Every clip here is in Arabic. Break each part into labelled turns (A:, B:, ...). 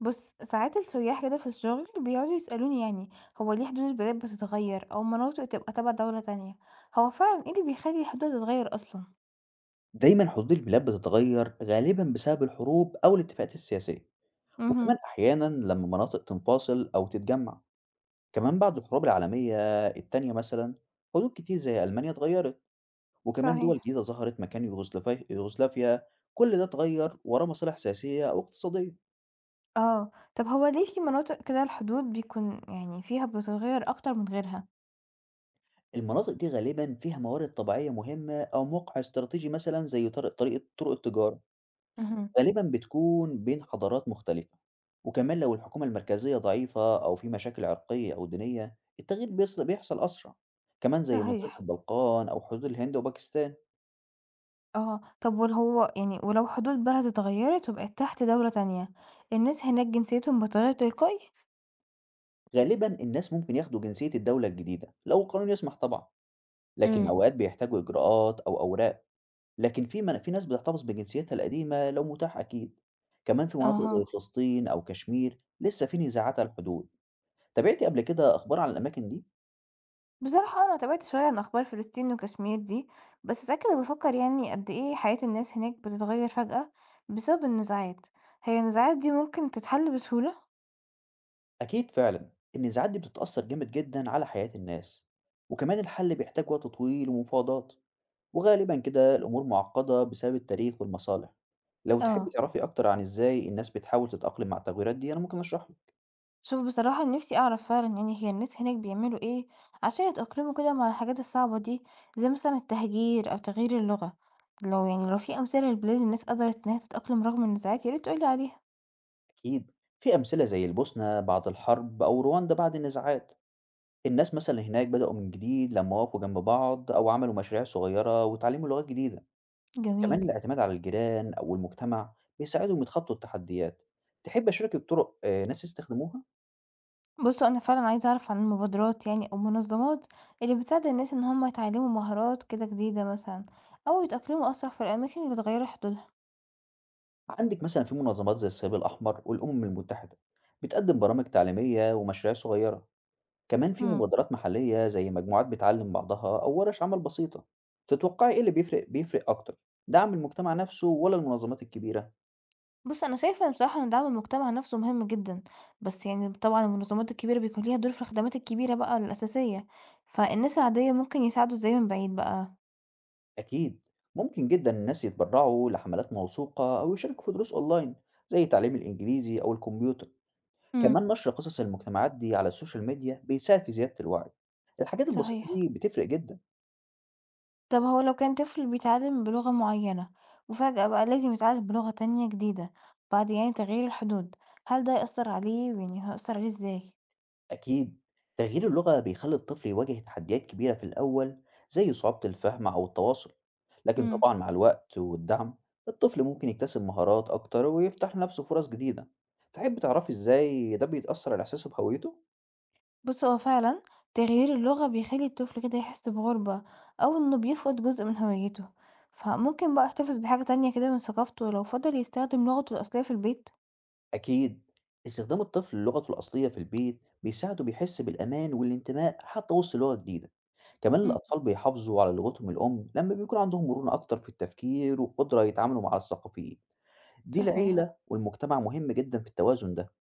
A: بص، ساعات السياح كده في الشغل بيقعدوا يسألوني، يعني هو ليه حدود البلاد بتتغير أو مناطق تبقى تبع دولة تانية؟ هو فعلا ايه اللي بيخلي الحدود تتغير أصلا؟
B: دايمًا حدود البلاد بتتغير غالبًا بسبب الحروب أو الاتفاقات السياسية،
A: امم.
B: وكمان أحيانًا لما مناطق تنفصل أو تتجمع، كمان بعد الحروب العالمية التانية مثلًا حدود كتير زي ألمانيا اتغيرت، وكمان
A: صحيح.
B: دول جديدة ظهرت مكان يوغوسلافيا، كل ده اتغير وراه مصالح سياسية أو اقتصادية.
A: اه، طب هو ليه في مناطق كده الحدود بيكون يعني فيها بتتغير أكتر من غيرها؟
B: المناطق دي غالبًا فيها موارد طبيعية مهمة أو موقع استراتيجي مثلًا زي طر- طريقة طرق التجارة.
A: امم.
B: غالبًا بتكون بين حضارات مختلفة، وكمان لو الحكومة المركزية ضعيفة أو في مشاكل عرقية أو دينية، التغيير بيحصل أسرع، كمان زي منطقة
A: صحيح.
B: البلقان أو حدود الهند وباكستان.
A: اه، طب وهو يعني ولو حدود بلد اتغيرت وبقت تحت دولة تانية، الناس هناك جنسيتهم بتتغير تلقائي؟
B: غالبًا الناس ممكن ياخدوا جنسية الدولة الجديدة لو القانون يسمح طبعًا، لكن
A: امم.
B: أوقات بيحتاجوا إجراءات أو أوراق، لكن في ناس بتحتفظ بجنسيتها القديمة لو متاح أكيد، كمان في مناطق زي
A: اها.
B: فلسطين أو كشمير لسه في نزاعات على الحدود. تابعتِ قبل كده أخبار عن الأماكن دي؟
A: بصراحة أنا تابعت شوية عن أخبار فلسطين وكشمير دي، بس ساعات كده بفكر يعني قد إيه حياة الناس هناك بتتغير فجأة بسبب النزاعات. هي النزاعات دي ممكن تتحل بسهولة؟
B: أكيد فعلا، النزاعات دي بتتأثر جامد جدا على حياة الناس، وكمان الحل بيحتاج وقت طويل ومفاوضات، وغالبا كده الأمور معقدة بسبب التاريخ والمصالح. لو تحب
A: اه.
B: تعرفي أكتر عن إزاي الناس بتحاول تتأقلم مع التغييرات دي أنا ممكن أشرح لك.
A: شوف، بصراحة نفسي أعرف فعلا يعني هي الناس هناك بيعملوا إيه عشان يتأقلموا كده مع الحاجات الصعبة دي، زي مثلا التهجير أو تغيير اللغة. لو يعني لو في أمثلة لبلاد الناس قدرت إنها تتأقلم رغم النزاعات ياريت تقولي عليها.
B: أكيد في أمثلة زي البوسنة بعد الحرب أو رواندا بعد النزاعات، الناس مثلا هناك بدأوا من جديد لما وقفوا جنب بعض أو عملوا مشاريع صغيرة وتعلموا لغات جديدة. كمان
A: جميل.
B: الاعتماد على الجيران أو المجتمع بيساعدهم يتخطوا التحديات. تحب أشاركك طرق ناس يستخدموها؟
A: بُصّوا، أنا فعلًا عايزة أعرف عن المبادرات يعني أو المنظمات اللي بتساعد الناس إن هم يتعلموا مهارات كده جديدة مثلًا، أو يتأقلموا أسرع في الأماكن اللي اتغيّروا حدودها.
B: عندك مثلا في منظمات زي الصليب الأحمر والأمم المتحدة بتقدم برامج تعليمية ومشاريع صغيرة، كمان في
A: إمم.
B: مبادرات محلية زي مجموعات بتعلم بعضها أو ورش عمل بسيطة. تتوقعي إيه اللي بيفرق أكتر، دعم المجتمع نفسه ولا المنظمات الكبيرة؟
A: بُص، أنا شايفة بصراحة إن دعم المجتمع نفسه مهم جدًا، بس يعني طبعًا المنظمات الكبيرة بيكون ليها دور في الخدمات الكبيرة بقى الأساسية، فالناس العادية ممكن يساعدوا إزاي من بعيد بقى؟
B: أكيد ممكن جدا الناس يتبرعوا لحملات موثوقة أو يشاركوا في دروس أونلاين زي تعليم الإنجليزي أو الكمبيوتر.
A: إمم.
B: كمان نشر قصص المجتمعات دي على السوشيال ميديا بيساعد في زيادة الوعي، الحاجات البسيطة
A: صحيح.
B: دي بتفرق جدا.
A: طب هو لو كان طفل بيتعلم بلغة معينة وفجأة بقى لازم يتعلم بلغة تانية جديدة بعد يعني تغيير الحدود، هل ده يأثر عليه يعني هيأثر عليه ازاي؟
B: أكيد تغيير اللغة بيخلي الطفل يواجه تحديات كبيرة في الأول، زي صعوبة الفهم أو التواصل، لكن
A: مم.
B: طبعا مع الوقت والدعم الطفل ممكن يكتسب مهارات أكتر ويفتح لنفسه فرص جديدة. تحب تعرفي إزاي ده بيتأثر على إحساسه بهويته؟
A: بص، هو فعلا تغيير اللغة بيخلي الطفل كده يحس بغربة أو إنه بيفقد جزء من هويته، فممكن بقى يحتفظ بحاجة تانية كده من ثقافته لو فضل يستخدم لغته الأصلية في البيت.
B: أكيد استخدام الطفل للغته الأصلية في البيت بيساعده بيحس بالأمان والانتماء حتى وسط لغة جديدة. كمان
A: مم.
B: الأطفال بيحافظوا على لغتهم الأم لما بيكون عندهم مرونة أكتر في التفكير وقدرة يتعاملوا مع الثقافيين، دي
A: صحيح.
B: العيلة والمجتمع مهم جدا في التوازن ده.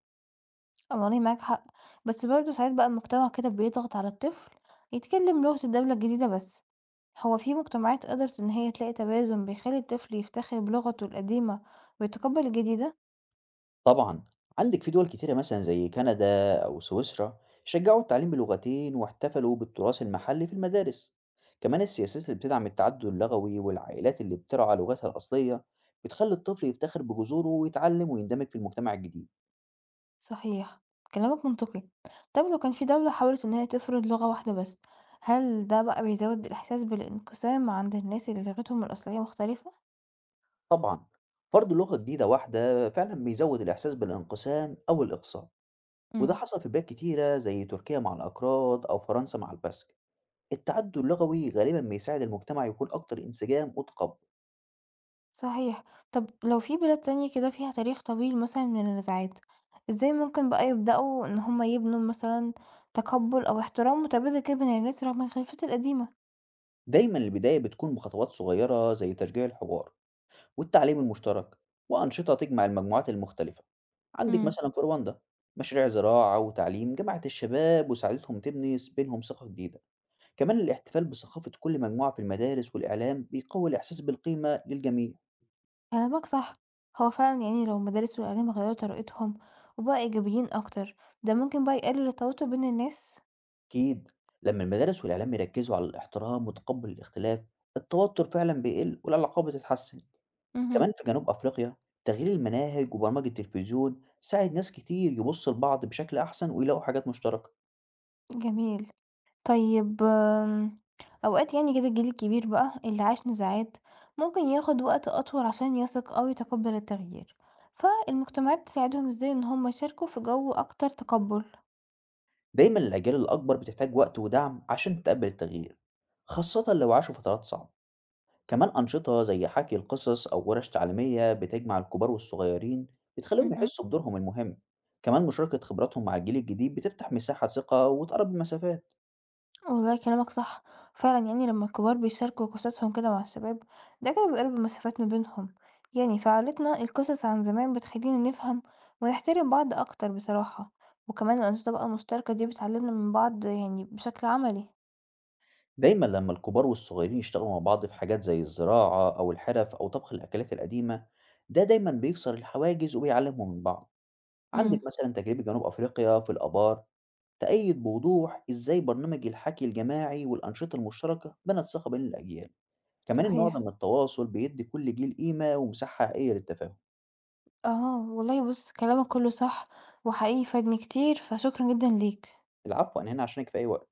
A: والله معاك حق، بس برضه ساعات بقى المجتمع كده بيضغط على الطفل يتكلم لغة الدولة الجديدة بس. هو في مجتمعات قدرت إن هي تلاقي توازن بيخلي الطفل يفتخر بلغته القديمة ويتقبل الجديدة؟
B: طبعا عندك في دول كتيرة مثلا زي كندا أو سويسرا شجعوا التعليم بلغتين واحتفلوا بالتراث المحلي في المدارس. كمان السياسات اللي بتدعم التعدد اللغوي والعائلات اللي بترعى لغتها الأصلية بتخلي الطفل يفتخر بجذوره ويتعلم ويندمج في المجتمع الجديد.
A: صحيح، كلامك منطقي. طب لو كان في دولة حاولت إن هي تفرض لغة واحدة بس، هل ده بقى بيزود الإحساس بالانقسام عند الناس اللي لغتهم الأصلية مختلفة؟
B: طبعا فرض لغة جديدة واحدة فعلا بيزود الإحساس بالانقسام أو الإقصاء، وده
A: مم.
B: حصل في بلاد كتيرة زي تركيا مع الأكراد أو فرنسا مع البسك. التعدد اللغوي غالبا بيساعد المجتمع يكون أكتر انسجام وتقبل.
A: صحيح. طب لو في بلاد تانية كده فيها تاريخ طويل مثلًا من النزاعات، إزاي ممكن بقى يبدأوا إن هم يبنوا مثلًا تقبُّل أو احترام متبادل كده بين الناس رغم الخلافات القديمة؟
B: دايما البداية بتكون بخطوات صغيرة زي تشجيع الحوار والتعليم المشترك وأنشطة تجمع المجموعات المختلفة. عندك
A: إمم.
B: مثلا في رواندا مشاريع زراعة وتعليم جمعت الشباب وساعدتهم تبني بينهم ثقة جديدة. كمان الاحتفال بثقافة كل مجموعة في المدارس والإعلام بيقوي الإحساس بالقيمة للجميع.
A: كلامك صح، هو فعلًا يعني لو المدارس والإعلام غيّروا طريقتهم وبقوا إيجابيين أكتر، ده ممكن بقى يقلل التوتر بين الناس؟
B: أكيد لما المدارس والإعلام يركزوا على الاحترام وتقبل الاختلاف التوتر فعلا بيقل والعلاقات بتتحسن.
A: اهم.
B: كمان في جنوب أفريقيا تغيير المناهج وبرامج التلفزيون ساعد ناس كتير يبصوا لبعض بشكل أحسن ويلاقوا حاجات مشتركة.
A: جميل. طيب أوقات يعني كده الجيل الكبير بقى اللي عاش نزاعات ممكن ياخد وقت أطول عشان يثق أو يتقبل التغيير، فالمجتمعات تساعدهم ازاي إن هم يشاركوا في جو أكتر تقبل؟
B: دايما الأجيال الأكبر بتحتاج وقت ودعم عشان تتقبل التغيير، خاصة لو عاشوا فترات صعبة. كمان أنشطة زي حكي القصص أو ورش تعليمية بتجمع الكبار والصغيرين بتخليهم
A: مهم.
B: يحسوا بدورهم المهم. كمان مشاركة خبراتهم مع الجيل الجديد بتفتح مساحة ثقة وتقرب المسافات.
A: والله كلامك صح، فعلا يعني لما الكبار بيشاركوا قصصهم كده مع الشباب ده كده بيقرب المسافات ما بينهم. يعني في عائلتنا القصص عن زمان بتخلينا نفهم ونحترم بعض أكتر بصراحة. وكمان الأنشطة بقى المشتركة دي بتعلمنا من بعض يعني بشكل عملي.
B: دايما لما الكبار والصغيرين يشتغلوا مع بعض في حاجات زي الزراعة أو الحرف أو طبخ الأكلات القديمة ده دايما بيكسر الحواجز وبيعلمهم من بعض. عندك
A: امم.
B: مثلا تجربة جنوب أفريقيا في الآبار تأيد بوضوح إزاي برنامج الحكي الجماعي والأنشطة المشتركة بنت ثقة بين الأجيال. كمان النوع ده
A: صحيح.
B: من التواصل بيدي كل جيل قيمة ومساحة حقيقية للتفاهم.
A: آه، والله بُص كلامك كلّه صح، وحقيقي فادني كتير، فشكرًا جدًا ليك.
B: العفو، أنا هنا عشانك في أي وقت.